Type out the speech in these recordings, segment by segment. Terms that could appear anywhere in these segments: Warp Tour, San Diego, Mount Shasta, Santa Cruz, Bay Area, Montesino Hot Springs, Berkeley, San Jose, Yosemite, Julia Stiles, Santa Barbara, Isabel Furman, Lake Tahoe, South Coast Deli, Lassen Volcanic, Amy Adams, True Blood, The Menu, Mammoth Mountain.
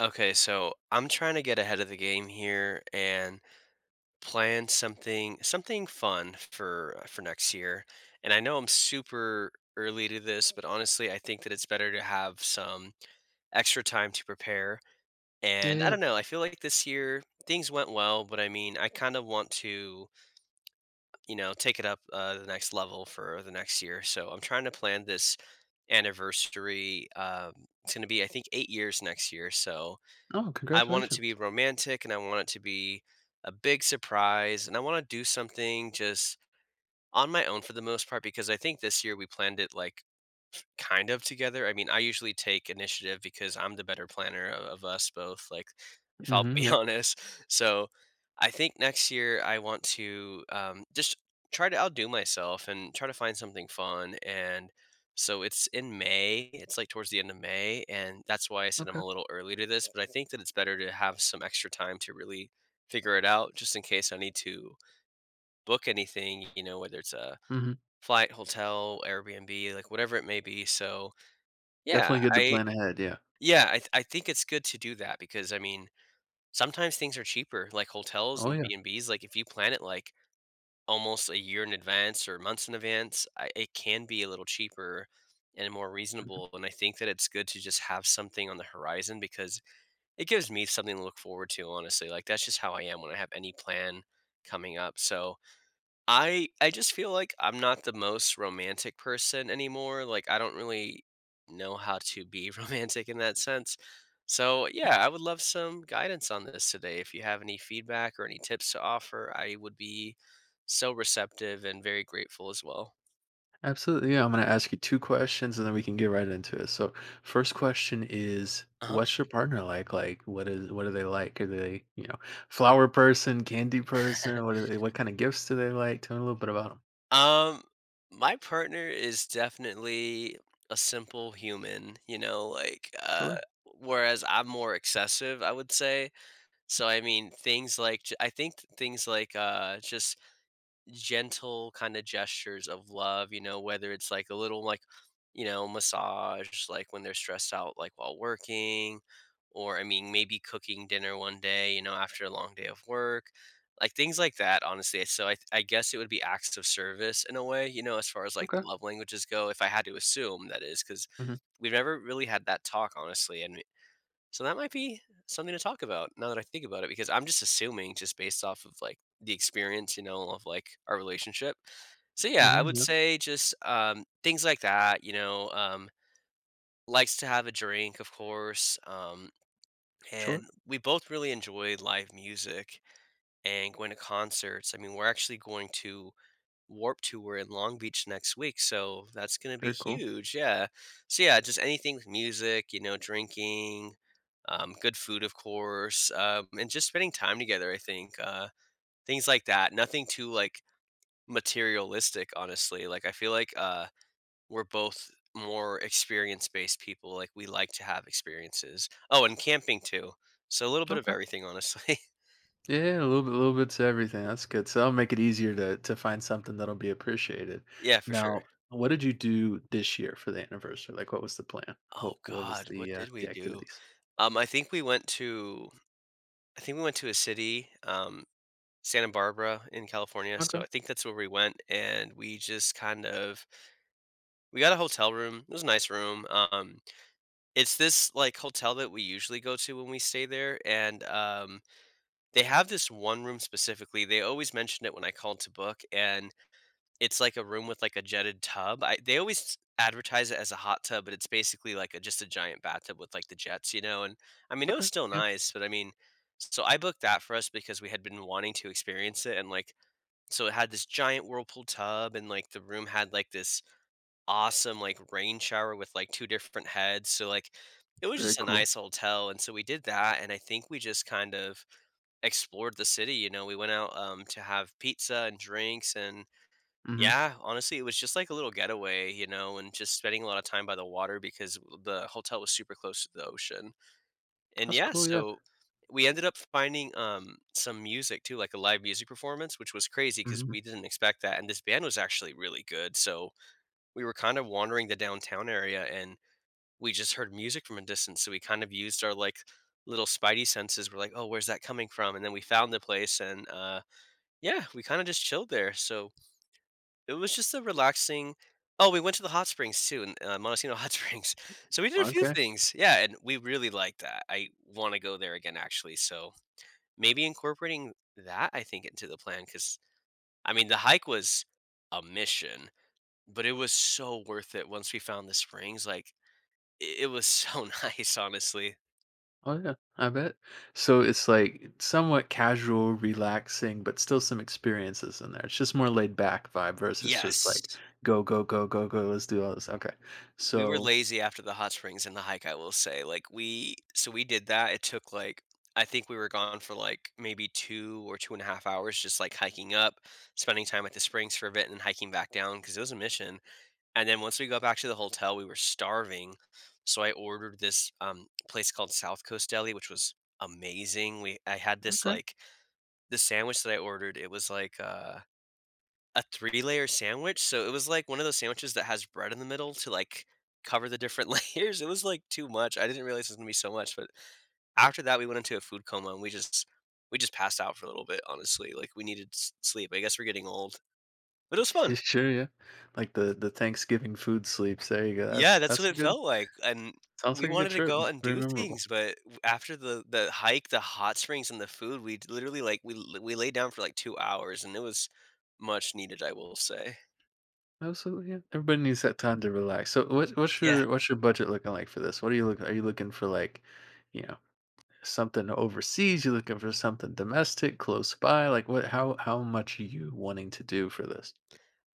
Okay, so I'm trying to get ahead of the game here and plan something fun for next year. And I know I'm super early to this, but honestly, I think that it's better to have some extra time to prepare. Yeah, yeah, And I yeah. don't know, I feel like this year things went well, but I mean, I kind of want to, you know, take it up the next level for the next year. So I'm trying to plan this anniversary. It's going to be, I think, 8 years next year. So Oh, I want it to be congratulations. romantic and I want it to be a big surprise and I want to do something just on my own for the most part because I think this year we planned it like kind of together. I mean, I usually take initiative because I'm the better planner of us both, like, if I'll Mhm, be yeah. honest. So I think next year I want to just try to outdo myself and try to find something fun. And so it's in May, it's like towards the end of May. And that's why I said I'm Okay. a little early to this, but I think that it's better to have some extra time to really figure it out just in case I need to book anything, you know, whether it's a Mhm. flight, hotel, Airbnb, like whatever it may be. So yeah, Definitely good to I plan ahead, yeah. yeah, I th I think it's good to do that because, I mean, sometimes things are cheaper, like hotels Oh, and yeah. B&Bs, like, if you plan it, like, almost a year in advance or months in advance, I it can be a little cheaper and more Mhm. reasonable, and I think that it's good to just have something on the horizon because it gives me something to look forward to, honestly, like, that's just how I am when I have any plan coming up, so I just feel like I'm not the most romantic person anymore. Like I don't really know how to be romantic in that sense. So yeah, I would love some guidance on this today. If you have any feedback or any tips to offer, I would be so receptive and very grateful as well. Absolutely, yeah, I'm gonna ask you 2 questions, and then we can get right into it. So, first question is, Uh-huh. what's your partner like? Like, what are they like? Are they, you know, flower person, candy person? What are they what kinda gifts do they like? Tell me a little bit about them. Um, my partner is definitely a simple human, you know, like Sure. whereas I'm more excessive, I would say. So, I mean, things like j I think things like, just gentle kinda gestures of love, you know, whether it's like a little, like, you know, massage, like, when they're stressed out, like, while working, or, I mean, maybe cooking dinner one day, you know, after a long day of work, like, things like that, honestly. So, I guess it would be acts of service in a way, you know, as far as, like, Okay. the love languages go, if I had to assume that is, 'cause Mhm. we've never really had that talk, honestly, and so that might be something to talk about now that I think about it, because I'm just assuming just based off of like the experience, you know, of like our relationship. So yeah, I Mhm, would yeah. say just things like that, you know, likes to have a drink, of course. Sure. And we both really enjoy live music and going to concerts. I mean, we're actually going to Warp Tour in Long Beach next week, so that's gonna be Very cool. huge, yeah. So, yeah, just anything with music, you know, drinking, good food, of course, and just spending time together, I think, things like that. Nothing too, like, materialistic, honestly, like, I feel like, we're both more experience-based people, like, we like to have experiences. Oh, and camping too. So a little bit of Okay. everything, honestly. Yeah, a little bit to everything. That's good. So that'll make it easier to find something that'll be appreciated. Yeah, for sure. Now, what did you do this year for the anniversary? Like, what was the plan? Oh What was god, what did we the do? activities? Um, I think we went to a city, Santa Barbara in California, so Okay, I think that's where we went, and we just kind of, we got a hotel room. It was a nice room. It's this like hotel that we usually go to when we stay there, and they have this one room specifically. They always mentioned it when I called to book, and it's like a room with like a jetted tub. I They always advertise it as a hot tub, but it's basically like a, just a giant bathtub with like the jets, you know. And I mean, it was okay, still yeah, nice, but I mean, so I booked that for us because we had been wanting to experience it, and like, so it had this giant whirlpool tub, and like the room had like this awesome like rain shower with like two different heads. So like, it was very just a cool. nice hotel, and so we did that, and I think we just kind of explored the city. You know, we went out to have pizza and drinks and Hmm. yeah, honestly, it was just like a little getaway, you know, and just spending a lot of time by the water because the hotel was super close to the ocean. And That's yeah, cool. Yeah. so we ended up finding some music too, like a live music performance, which was crazy because Hmm. we didn't expect that. And this band was actually really good. So we were kind of wandering the downtown area and we just heard music from a distance. So we kind of used our like little spidey senses. We're like, oh, where's that coming from? And then we found the place and yeah, we kind of just chilled there. So it was just a relaxing. Oh, we went to the hot springs too, in, Montesino Hot Springs. So we did a few Okay. things. Yeah, and we really liked that. I wanna go there again, actually, so maybe incorporating that, I think, into the plan because I mean, the hike was a mission, but it was so worth it once we found the springs, like, I it was so nice, honestly. Oh yeah, I bet. So it's like somewhat casual, relaxing, but still some experiences in there. It's just more laid back vibe versus just Yes. like go go go go go. Let's do all this. Okay. We were So lazy after the hot springs and the hike, I will say. Like we So we did that. It took like, I think we were gone for like maybe two or two and a half hours, just like hiking up, spending time at the springs for a bit, and then hiking back down because it was a mission. And then once we got back to the hotel, we were starving, so I ordered this place called South Coast Deli, which was amazing. We I had this okay. like the sandwich that I ordered. It was like a three-layer sandwich, so it was like one of those sandwiches that has bread in the middle to, like, cover the different layers. It was, like, too much. I didn't realize it was gonna be so much, but after that, we went into a food coma, and we just passed out for a little bit, honestly. Like, we needed s sleep. I guess we're getting old, but it was fun. Sure, yeah. Like the Thanksgiving food sleeps. There you go. Yeah, that's what That's a it good felt like, and sounds we like a wanted good to trip. go out and Very do memorable. things, but w after the hike, the hot springs, and the food, literally, like, we laid down for, like, 2 hours, and it was much needed, I will say. Absolutely, yeah. Everybody needs that time to relax. So what what's Yeah, your what's your budget looking like for this? What are you looking for like, you know, something overseas? You looking for something domestic, close by? Like what how much are you wanting to do for this?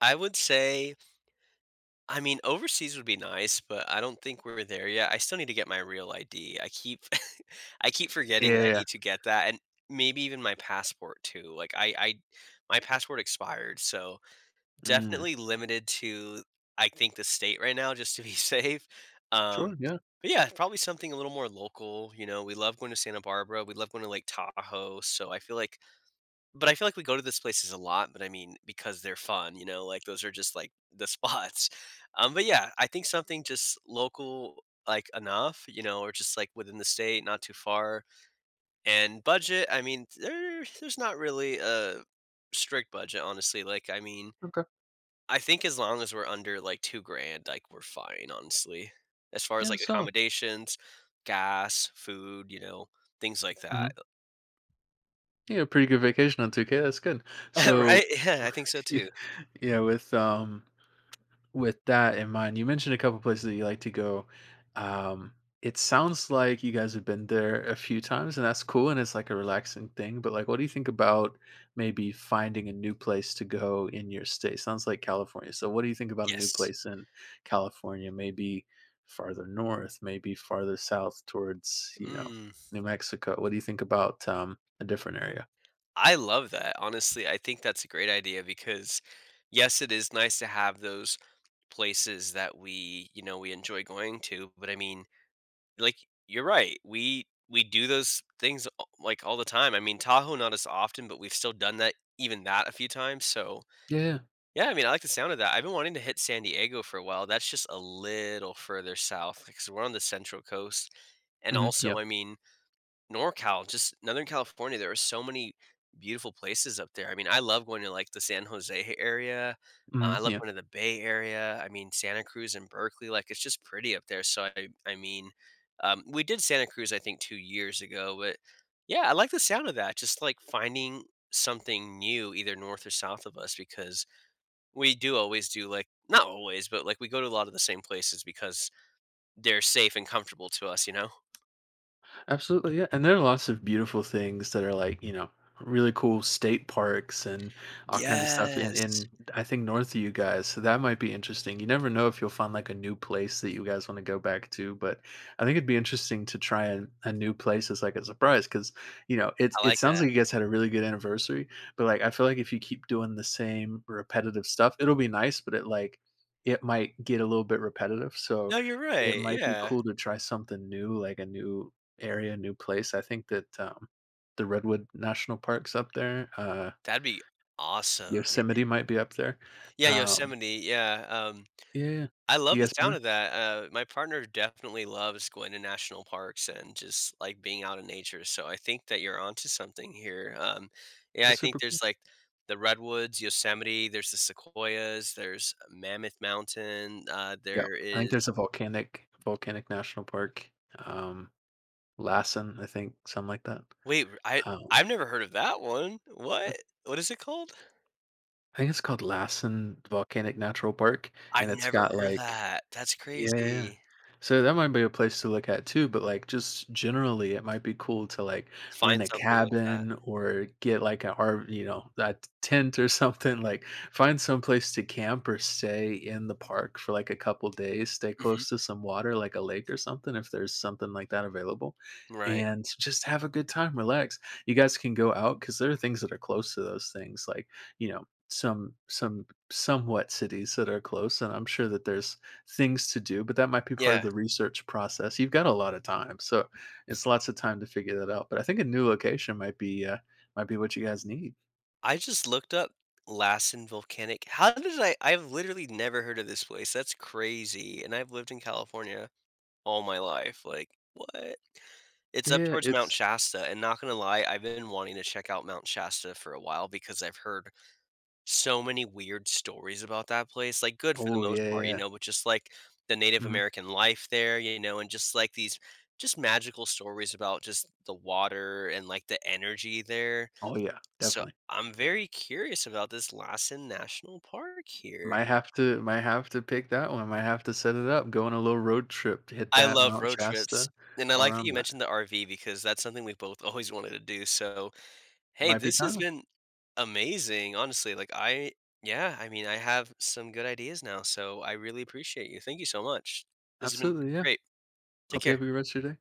I would say I mean, overseas would be nice, but I don't think we're there yet. I still need to get my real ID. I keep I keep Yeah, forgetting that yeah, I yeah. need to get that and maybe even my passport too. Like I my passport expired, so Mm. definitely limited to I think the state right now just to be safe. Um Sure, yeah. but yeah, probably something a little more local, you know. We love going to Santa Barbara. We love going to Lake Tahoe, so I feel like but I feel like we go to these places a lot, but I mean, because they're fun, you know, like those are just like the spots. But yeah, I think something just local, like enough, you know, or just like within the state, not too far. And budget, I mean, there's not really a strict budget, honestly. Like, I mean, Okay. I think as long as we're under like 2 grand, like we're fine, honestly. As far as Yeah, like so accommodations, gas, food, you know, things like hmm. that. Yeah, pretty good vacation on 2K. That's good. Right? So Yeah, I think so too. yeah, with with that in mind, you mentioned a couple places that you like to go. Um, it sounds like you guys have been there a few times, and that's cool, and it's like a relaxing thing. But like, what do you think about maybe finding a new place to go in your state? Sounds like California. So, what do you think about a new Yes. place in California? Maybe farther north, maybe farther south towards, you know, Mm. New Mexico. What do you think about a different area? I love that. Honestly, I think that's a great idea because yes, it is nice to have those places that we, you know, we enjoy going to, but I mean, like you're right. We do those things like all the time. I mean, Tahoe not as often, but we've still done that even that a few times. So, Yeah. yeah, I mean, I like the sound of that. I've been wanting to hit San Diego for a while. That's just a little further south because we're on the central coast. And Mm-hmm. Yeah. also, I mean, NorCal, just Northern California, there are so many beautiful places up there. I mean, I love going to like the San Jose area. I love Mm-hmm. going to the Bay Area. I mean, Santa Cruz and Berkeley, like it's just pretty up there. So I mean, we did Santa Cruz, I think, 2 years ago, but yeah, I like the sound of that. Just like finding something new, either north or south of us, because we do always do like not always, but like we go to a lot of the same places because they're safe and comfortable to us, you know? Absolutely, yeah. And there are lots of beautiful things that are like, you know, really cool state parks and all kinds of stuff in Yes, I think north of you guys. So that might be interesting. You never know if you'll find like a new place that you guys want to go back to, but I think it'd be interesting to try a new place as like a surprise because you know it I it like sounds that. like you guys had a really good anniversary, but like I feel like if you keep doing the same repetitive stuff, it'll be nice, but it like it might get a little bit repetitive. So No, you're it right, might be yeah. cool to try something new, like a new area, new place. I think that, the Redwood National Park's up there, That'd be awesome. Y Yosemite might be up there. yeah, Um, Yosemite, yeah, yeah. I love You the guys been sound there? of that, my partner definitely loves going to national parks and just, like, being out in nature, so I think that you're onto something here, yeah, I That's think super cool. there's, like, the redwoods, Yosemite, there's the sequoias, there's Mammoth Mountain, Yeah, there I think there's is a volcanic national park, um, Lassen, I think, something like that. wait, r Um, I've never heard of that one. What? What is it called? I think it's called Lassen Volcanic Natural Park, I've and it's never got, heard of like, that. That's yeah, yeah, yeah. crazy. So that might be a place to look at too, but like just generally, it might be cool to like Find rent a something like that. cabin or get like an RV, you know, that tent or something. Like find some place to camp or stay in the park for like a couple days, stay Mhm. close to some water, like a lake or something, if there's something like that available, Right. and just have a good time, relax. You guys can go out because there are things that are close to those things, like, you know, some somewhat cities that are close and I'm sure that there's things to do, but that might be part Yeah. of the research process. You've got a lot of time, so it's lots of time to figure that out. But I think a new location might be what you guys need. I just looked up Lassen Volcanic. How did I I've literally never heard of this place. That's crazy. And I've lived in California all my life. Like, what? It's up Yeah, towards Mount it's Shasta. And not gonna lie, I've been wanting to check out Mount Shasta for a while because I've heard so many weird stories about that place. Like good for the Oh yeah, most yeah, part, you yeah. know, but just like the Native Mhm. American life there, you know, and just like these just magical stories about just the water and like the energy there. Oh yeah, So definitely. I'm very curious about this Lassen National Park here. Might have to pick that one. Might have to set it up. Go on a little road trip to hit I that love Mount road trips, Shasta and I all like that around you that. mentioned the RV because that's something we both always wanted to do. So, It hey, might be this has time. been amazing, honestly. Like I yeah, I mean, I have some good ideas now, so I really appreciate you. Thank you so much. This has been Absolutely, yeah. great. Take Hope you care. have a good rest of your day.